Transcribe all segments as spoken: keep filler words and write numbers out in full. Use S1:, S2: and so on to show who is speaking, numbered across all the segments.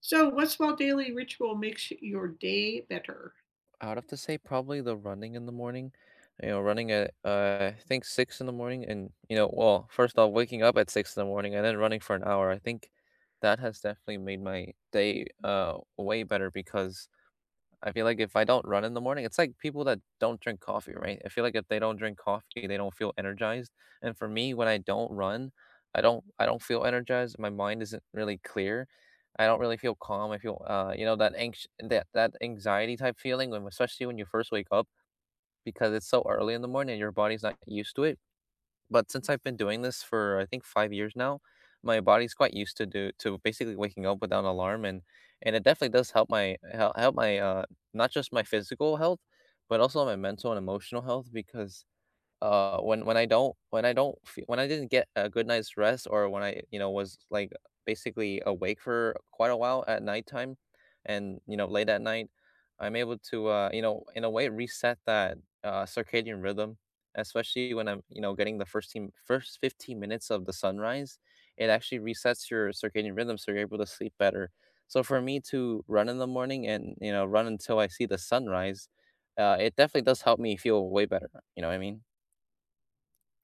S1: So, what small daily ritual makes your day better?
S2: I would have to say probably the running in the morning. You know, running at uh, I think six in the morning and, you know, well, first off, waking up at six in the morning and then running for an hour, I think that has definitely made my day uh way better because I feel like if I don't run in the morning, it's like people that don't drink coffee, right? I feel like if they don't drink coffee, they don't feel energized. And for me, when I don't run, I don't I don't feel energized. My mind isn't really clear. I don't really feel calm. I feel uh, you know, that anx that that anxiety type feeling when especially when you first wake up because it's so early in the morning and your body's not used to it. But since I've been doing this for I think five years now, my body's quite used to do to basically waking up without an alarm, and and it definitely does help my help help my, uh, not just my physical health, but also my mental and emotional health because uh when when i don't when I don't feel, when I didn't get a good night's rest, or when I, you know was like basically awake for quite a while at nighttime and, you know late at night, I'm able to uh you know in a way reset that uh circadian rhythm, especially when I'm, you know getting the first team first fifteen minutes of the sunrise. It actually resets your circadian rhythm, so you're able to sleep better. So for me to run in the morning and, you know run until I see the sunrise, uh, it definitely does help me feel way better, you know what I mean?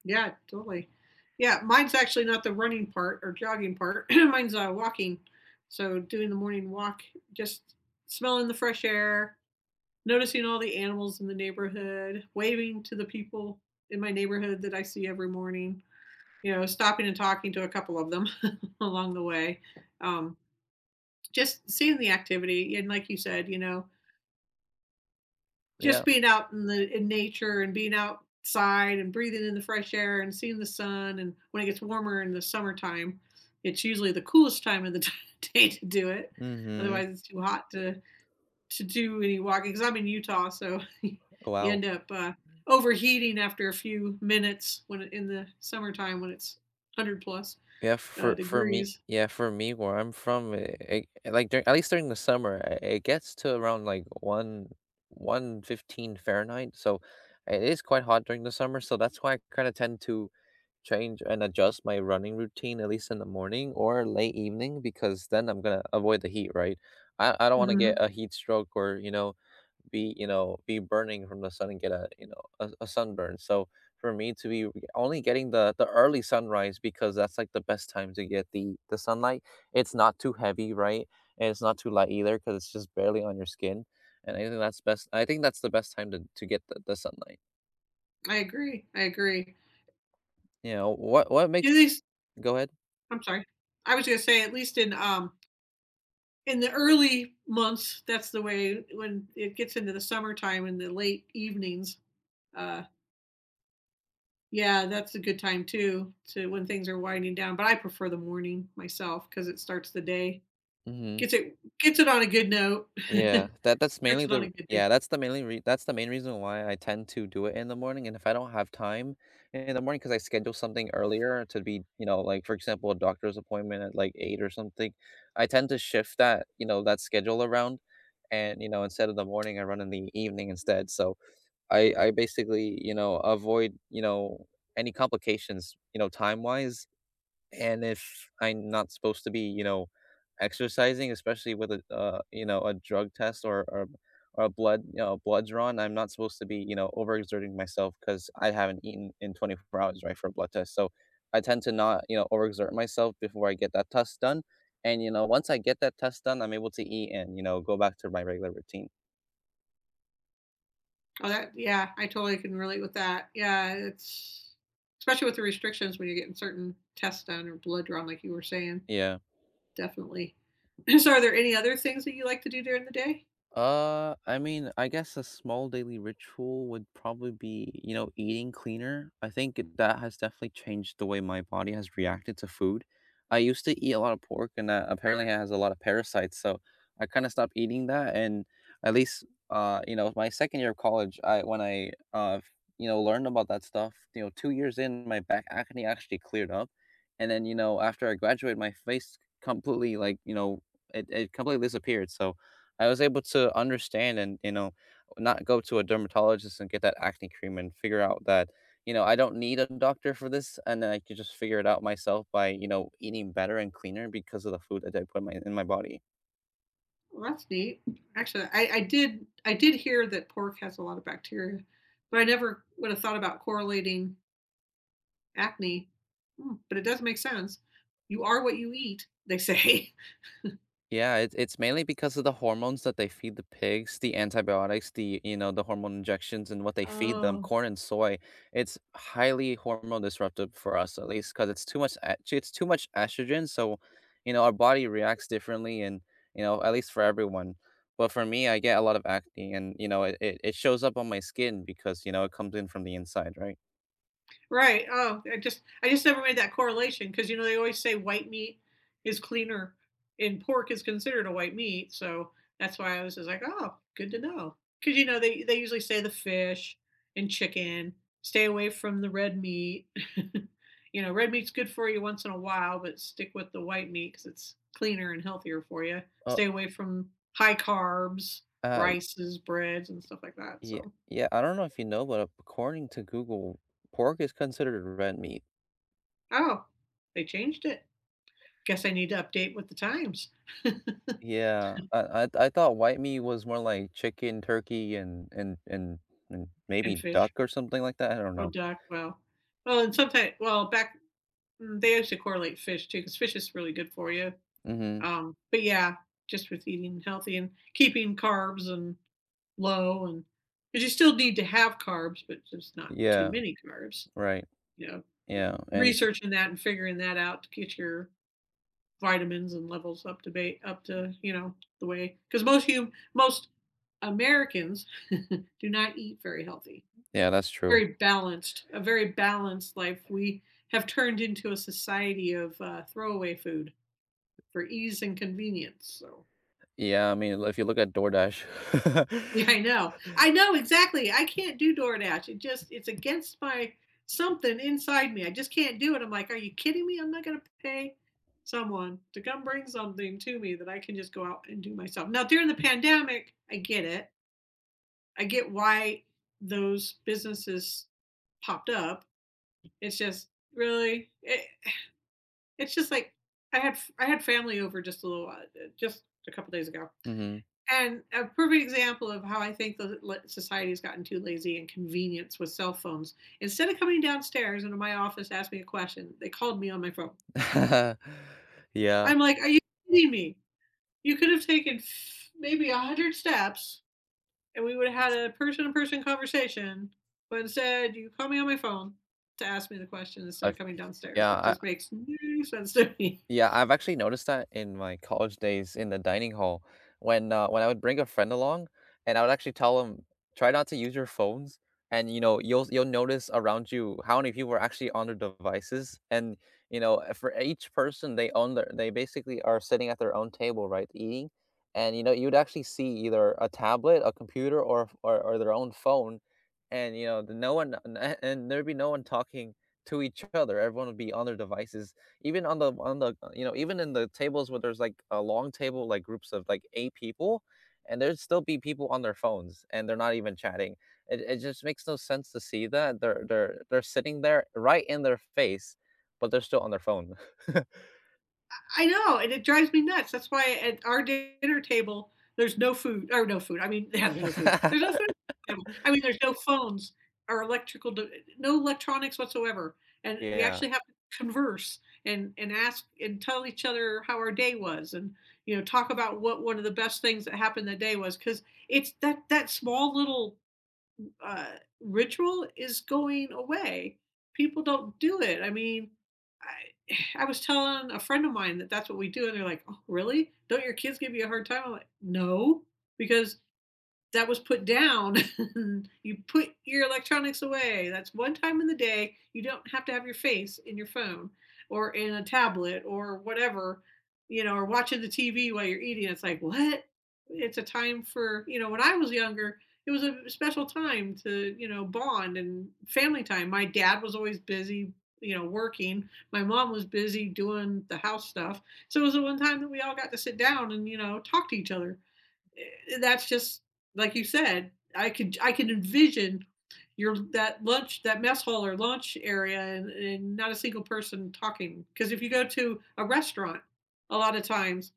S1: Yeah, totally. Yeah, mine's actually not the running part or jogging part. Mine's uh, walking. So, doing the morning walk, just smelling the fresh air, noticing all the animals in the neighborhood, waving to the people in my neighborhood that I see every morning, you know, stopping and talking to a couple of them along the way. Um, just seeing the activity. And, like you said, you know, just
S2: Yeah.
S1: being out in the in nature and being outside and breathing in the fresh air and seeing the sun. And when it gets warmer in the summertime, it's usually the coolest time of the day to do it,
S2: Mhm.
S1: otherwise it's too hot to to do any walking because I'm in Utah, so you
S2: Wow.
S1: end up uh, overheating after a few minutes when it- in the summertime when it's one hundred plus
S2: Yeah,
S1: uh,
S2: for for me
S1: degrees.
S2: yeah, for me, where I'm from, it, it, like during, at least during the summer, i- it gets to around like one 115 Fahrenheit. So it is quite hot during the summer. So that's why I kind of tend to change and adjust my running routine at least in the morning or late evening because then I'm gonna avoid the heat, right? I, I don't want to get
S1: Hmm.
S2: a heat stroke, or you know be, you know be burning from the sun and get a, you know a, a sunburn. So for me to be only getting the the early sunrise, because that's like the best time to get the, the sunlight, it's not too heavy, right? And it's not too light either because it's just barely on your skin. And i think that's best I think that's the best time to, to get the, the sunlight.
S1: I agree, I agree,
S2: You know what what
S1: at
S2: makes
S1: least.
S2: go ahead
S1: I'm sorry, I was going to say at least in um in the early months, that's the way, when it gets into the summertime and the late evenings. Uh, yeah, that's a good time too, to when things are winding down. But I prefer the morning myself because it starts the day,
S2: hmm
S1: gets it gets it on a good note,
S2: Yeah, that that's
S1: starts
S2: mainly
S1: it on
S2: the
S1: a good day.
S2: yeah, that's the mainly re that's the main reason why I tend to do it in the morning. And if I don't have time in the morning because I schedule something earlier to be, you know, like, for example, a doctor's appointment at, like, eight or something, I tend to shift that, you know, that schedule around, and, you know, instead of the morning, I run in the evening instead. So I I basically, you know, avoid, you know, any complications, you know, time-wise. And if I'm not supposed to be, you know, exercising, especially with a, uh, you know, a drug test, or or or a blood, you know, blood drawn, I'm not supposed to be, you know, overexerting myself because I haven't eaten in twenty-four hours, right, for a blood test. So I tend to not, you know, overexert myself before I get that test done. And, you know, once I get that test done, I'm able to eat and, you know go back to my regular routine.
S1: Oh, that, yeah, I totally can relate with that. Yeah, it's especially with the restrictions when you're getting certain tests done or blood drawn, like you were saying.
S2: Yeah.
S1: Definitely. So, are there any other things that you like to do during the day?
S2: Uh, I mean, I guess a small daily ritual would probably be, you know, eating cleaner. I think it- that has definitely changed the way my body has reacted to food. I used to eat a lot of pork, and that apparently has a lot of parasites. So I kind of stopped eating that, and at least, uh, you know, my second year of college, I when I, uh, you know, learned about that stuff, you know, two years in, my back acne actually cleared up. And then, you know, after I graduated, my face completely like, you know, it it completely disappeared. So I was able to understand and, you know, not go to a dermatologist and get that acne cream, and figure out that, you know, I don't need a doctor for this. And then I could just figure it out myself by, you know, eating better and cleaner because of the food that I put in my, in my body.
S1: Well, that's neat. Actually, I, I did I did hear that pork has a lot of bacteria, but I never would have thought about correlating acne. Hmm, but it does make sense. You are what you eat, they say.
S2: Yeah, it's it's mainly because of the hormones that they feed the pigs, the antibiotics, the, you know, the hormone injections, and what they feed them,
S1: Oh.
S2: corn and soy. It's highly hormone disruptive for us at least because it's too much est- it's too much estrogen. So, you know, our body reacts differently and, you know, at least for everyone. But for me, I get a lot of acne, and, you know, it, it, it shows up on my skin because, you know, it comes in from the inside, right?
S1: Right. Oh, I just I just never made that correlation, because you know they always say white meat is cleaner, and pork is considered a white meat, so that's why I was just like, oh, good to know. Because you know they they usually say the fish and chicken, stay away from the red meat. You know, red meat's good for you once in a while, but stick with the white meat because it's cleaner and healthier for you.
S2: Oh,
S1: Stay away from high carbs,
S2: uh
S1: rices, breads, and stuff like that.
S2: yeah,
S1: So,
S2: yeah, I don't know if you know, but according to Google, pork is considered red meat.
S1: oh, they changed it. Guess I need to update with the times.
S2: Yeah, I I I thought white meat was more like chicken, turkey, and and and and
S1: And
S2: maybe duck
S1: fish
S2: or something like that, I don't
S1: or
S2: know.
S1: duck. Well, well, and sometimes, well, back, mm, they used to correlate fish too, because fish is really good for you.
S2: Mhm.
S1: Um, but yeah, just with eating healthy and keeping carbs and low, and because you still need to have carbs, but just not too
S2: Yeah,
S1: many carbs.
S2: right.
S1: You know,
S2: Yeah, and
S1: researching that and figuring that out to get your vitamins and levels up to ba- up to, you know, the way, because most hum- most Americans do not eat very healthy,
S2: yeah, that's true.
S1: very balanced, a very balanced life. We have turned into a society of uh, throwaway food for ease and convenience. So
S2: Yeah, I mean, if you look at DoorDash.
S1: yeah, I know. I know exactly. I can't do DoorDash. It just it's against my something inside me. I just can't do it. I'm like, are you kidding me? I'm not gonna pay someone to come bring something to me that I can just go out and do myself. Now during the pandemic, I get it. I get why those businesses popped up. It's just really it, it's just like I had I had family over just a little uh, just a couple days ago,
S2: Mhm.
S1: and a perfect example of how I think the society has gotten too lazy and convenience with cell phones. Instead of coming downstairs into my office to ask me a question, they called me on my phone.
S2: Yeah,
S1: I'm like, "Are you kidding me? You could have taken f- maybe a hundred steps, and we would have had a person-to-person conversation, but instead you call me on my phone to ask me the question instead of
S2: I've
S1: coming downstairs.
S2: yeah,
S1: That
S2: I yeah
S1: just
S2: I
S1: makes no sense to me."
S2: Yeah, I've actually noticed that in my college days in the dining hall when, uh, when I would bring a friend along, and I would actually tell them, "Try not to use your phones." And, you know, you'll you'll notice around you how many people are actually on their devices. And, you know, uh, for each person, they own their they basically are sitting at their own table, right, eating. And, you know, you'd actually see either a tablet, a computer, or or or their own phone. And, you know, the no one and there'd be no one talking to each other, everyone would be on their devices, even on the on the you know, even in the tables where there's, like, a long table, like, groups of, like, eight people, and there'd still be people on their phones, and they're not even chatting. It it just makes no sense to see that. They're they're they're sitting there right in their face, but they're still on their phone.
S1: I know, and it drives me nuts. That's why at our dinner table, there's no food, or no food. I mean, yeah, there's no food. There's no food. I mean, there's no phones or electrical, d- no electronics whatsoever. And we
S2: Yeah.
S1: actually have to converse and and ask and tell each other how our day was, and you know, talk about what one of the best things that happened that day was, because it's that that small little uh, ritual is going away. People don't do it. I mean, I, I was telling a friend of mine that that's what we do, and they're like, "Oh, really? Don't your kids give you a hard time?" I'm like, "No, because that was put down. You put your electronics away. That's one time in the day. You don't have to have your face in your phone or in a tablet or whatever, you know, or watching the T V while you're eating. It's like, what? It's a time for, you know, when I was younger, it was a special time to, you know, bond and family time. My dad was always busy, you know, working. My mom was busy doing the house stuff. So it was the one time that we all got to sit down and, you know, talk to each other. Eh, that's just like you said. I could I can envision your that lunch, that mess hall or lunch area, and, and not a single person talking, because if you go to a restaurant a lot of times,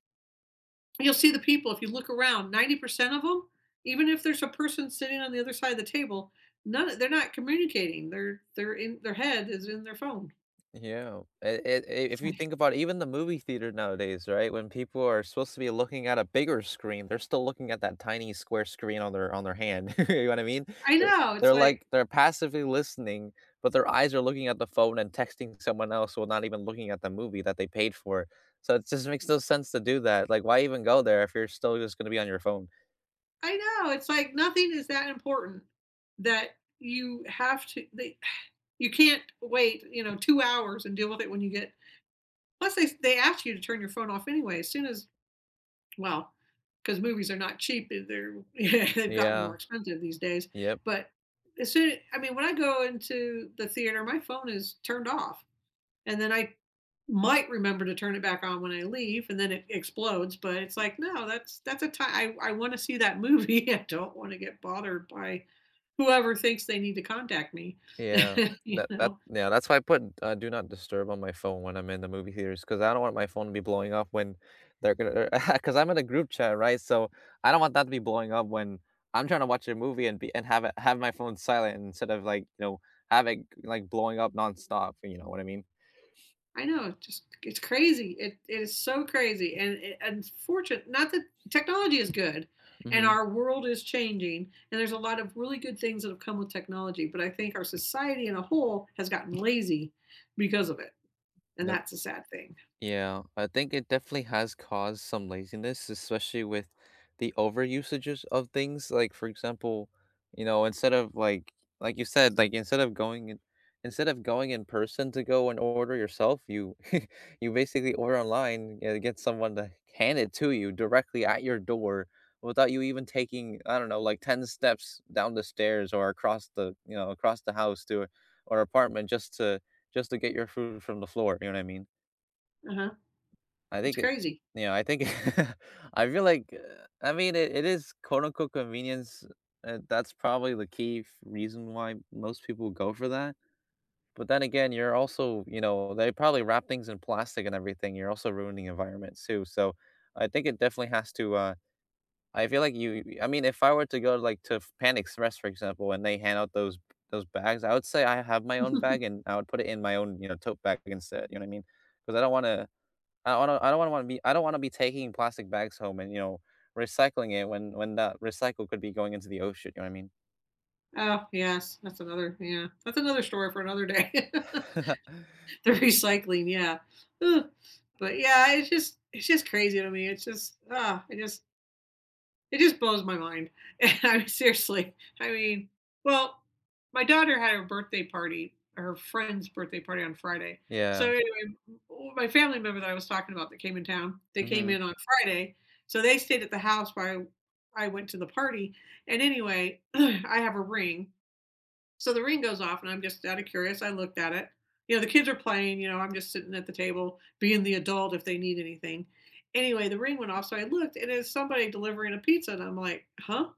S1: you'll see the people, if you look around, ninety percent of them, even if there's a person sitting on the other side of the table, none they're not communicating, they're they're in their head is in their phone.
S2: Yeah, it it I if
S1: It's
S2: you
S1: like,
S2: think about even the movie theater nowadays, right? When people are supposed to be looking at a bigger screen, they're still looking at that tiny square screen on their on their hand, you know what I mean?
S1: I
S2: They're
S1: know, it's
S2: they're,
S1: like,
S2: like, they're passively listening, but their eyes are looking at the phone and texting someone else while not even looking at the movie that they paid for. So it just makes no sense to do that, like, why even go there if you're still just gonna be on your phone?
S1: I know, it's like nothing is that important that you have to they, you can't wait, you know, two hours and deal with it when you get. Plus, they they ask you to turn your phone off anyway. As soon as, well, because movies are not cheap. Eh, they're they've gotten more
S2: Yeah,
S1: expensive these days.
S2: yep.
S1: But as soon, I mean, when I go into the theater, my phone is turned off, and then I might remember to turn it back on when I leave, and then it explodes. But it's like, no, that's that's a time I, I want to see that movie. I don't want to get bothered by whoever thinks they need to contact me.
S2: Yeah,
S1: You
S2: that that
S1: know,
S2: yeah, that's why I put, uh, do not disturb on my phone when I'm in the movie theaters because I don't want my phone to be blowing up when they're gonna to because I I'm in a group chat, right? So, I don't want that to be blowing up when I'm trying to watch a movie, and be and have it have my phone silent instead of, like, you know, have it, like, blowing up nonstop, you know what I mean?
S1: I know, just it's crazy. It it is so crazy, and it, unfortunate. Not that technology is good, and
S2: Mhm.
S1: our world is changing, and there's a lot of really good things that have come with technology. But I think our society in a whole has gotten lazy because of it, and
S2: That
S1: that's a sad thing.
S2: Yeah, I think it definitely has caused some laziness, especially with the over usages of things. Like for example, you know, instead of like like you said, like instead of going in, instead of going in person to go and order yourself, you you basically order online and get someone to hand it to you directly at your door without you even taking, I don't know, like ten steps down the stairs, or across the, you know, across the house to or apartment just to just to get your food from the floor, you know what I mean?
S1: Uh huh.
S2: I
S1: It's
S2: think it
S1: crazy.
S2: you know, I think I feel like, uh, I mean, it it is quote unquote convenience, and that's probably the key f reason why most people go for that. But then again, you're also, you know, they probably wrap things in plastic and everything, you're also ruining the environment too. So I think it definitely has to, uh I feel like you I mean, if I were to go, like, to Panda Express, for example, and they hand out those those bags, I would say I have my own bag and I would put it in my own, you know, tote bag instead, you know what I mean? Because I don't wanna I don't. I don't wanna be I don't wanna be taking plastic bags home and, you know, recycling it when when that recycle could be going into the ocean, you know what I mean?
S1: Oh yes, that's another, yeah, that's another story for another day. The recycling, yeah. Ugh. But yeah, it's just it's just crazy to me. It's just ah, I just it just blows my mind. And I mean, seriously, I mean, well, my daughter had her birthday party, her friend's birthday party on Friday. So
S2: Yeah.
S1: anyway, my family member that I was talking about that came in town, they came
S2: Mhm.
S1: in on Friday. So they stayed at the house while I I went to the party. And anyway, I have a ring, so the ring goes off, and I'm just out of curious. I looked at it. You know, the kids are playing. You know, I'm just sitting at the table, being the adult if they need anything. Anyway, the ring went off, so I looked, and it's somebody delivering a pizza, and I'm like, huh,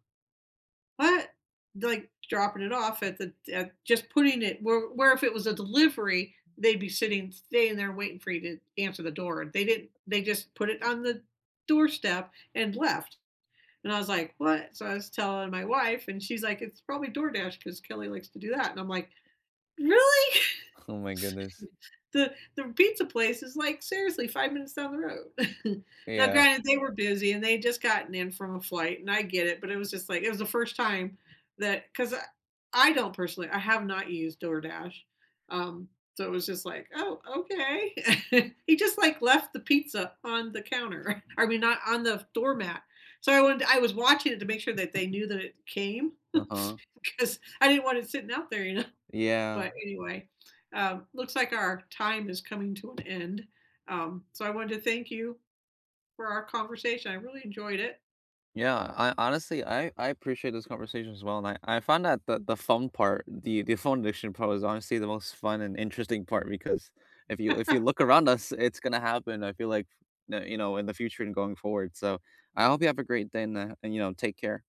S1: what? Like dropping it off at the at just putting it where, where if it was a delivery, they'd be sitting staying there waiting for you to answer the door. They didn't. They just put it on the doorstep and left. And I was like, what? So I was telling my wife, and she's like, it's probably DoorDash because Kelly likes to do that. And I'm like, really?
S2: Oh my goodness.
S1: The the pizza place is, like, seriously five minutes down the road. Now,
S2: Yeah.
S1: granted, they were busy and they'd just gotten in from a flight, and I get it, but it was just, like, it was the first time that, 'cause I I don't personally, I have not used DoorDash, um, so it was just like, "Oh, okay." He just, like, left the pizza on the counter. I mean, not on the doormat. So I wanted I was watching it to make sure that they knew that it came because
S2: Uh-huh.
S1: I didn't want it sitting out there, you know?
S2: Yeah.
S1: But anyway, um, looks like our time is coming to an end. Um, so I wanted to thank you for our conversation. I really enjoyed it.
S2: Yeah, I honestly, I I appreciate this conversation as well, and I I found that the the phone part, the the phone addiction part was honestly the most fun and interesting part because if you if you look around us, it's gonna happen, I feel like, uh, you know, in the future and going forward. So I hope you have a great day and, uh, and, you know, take care.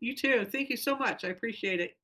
S1: You too. Thank you so much. I appreciate it.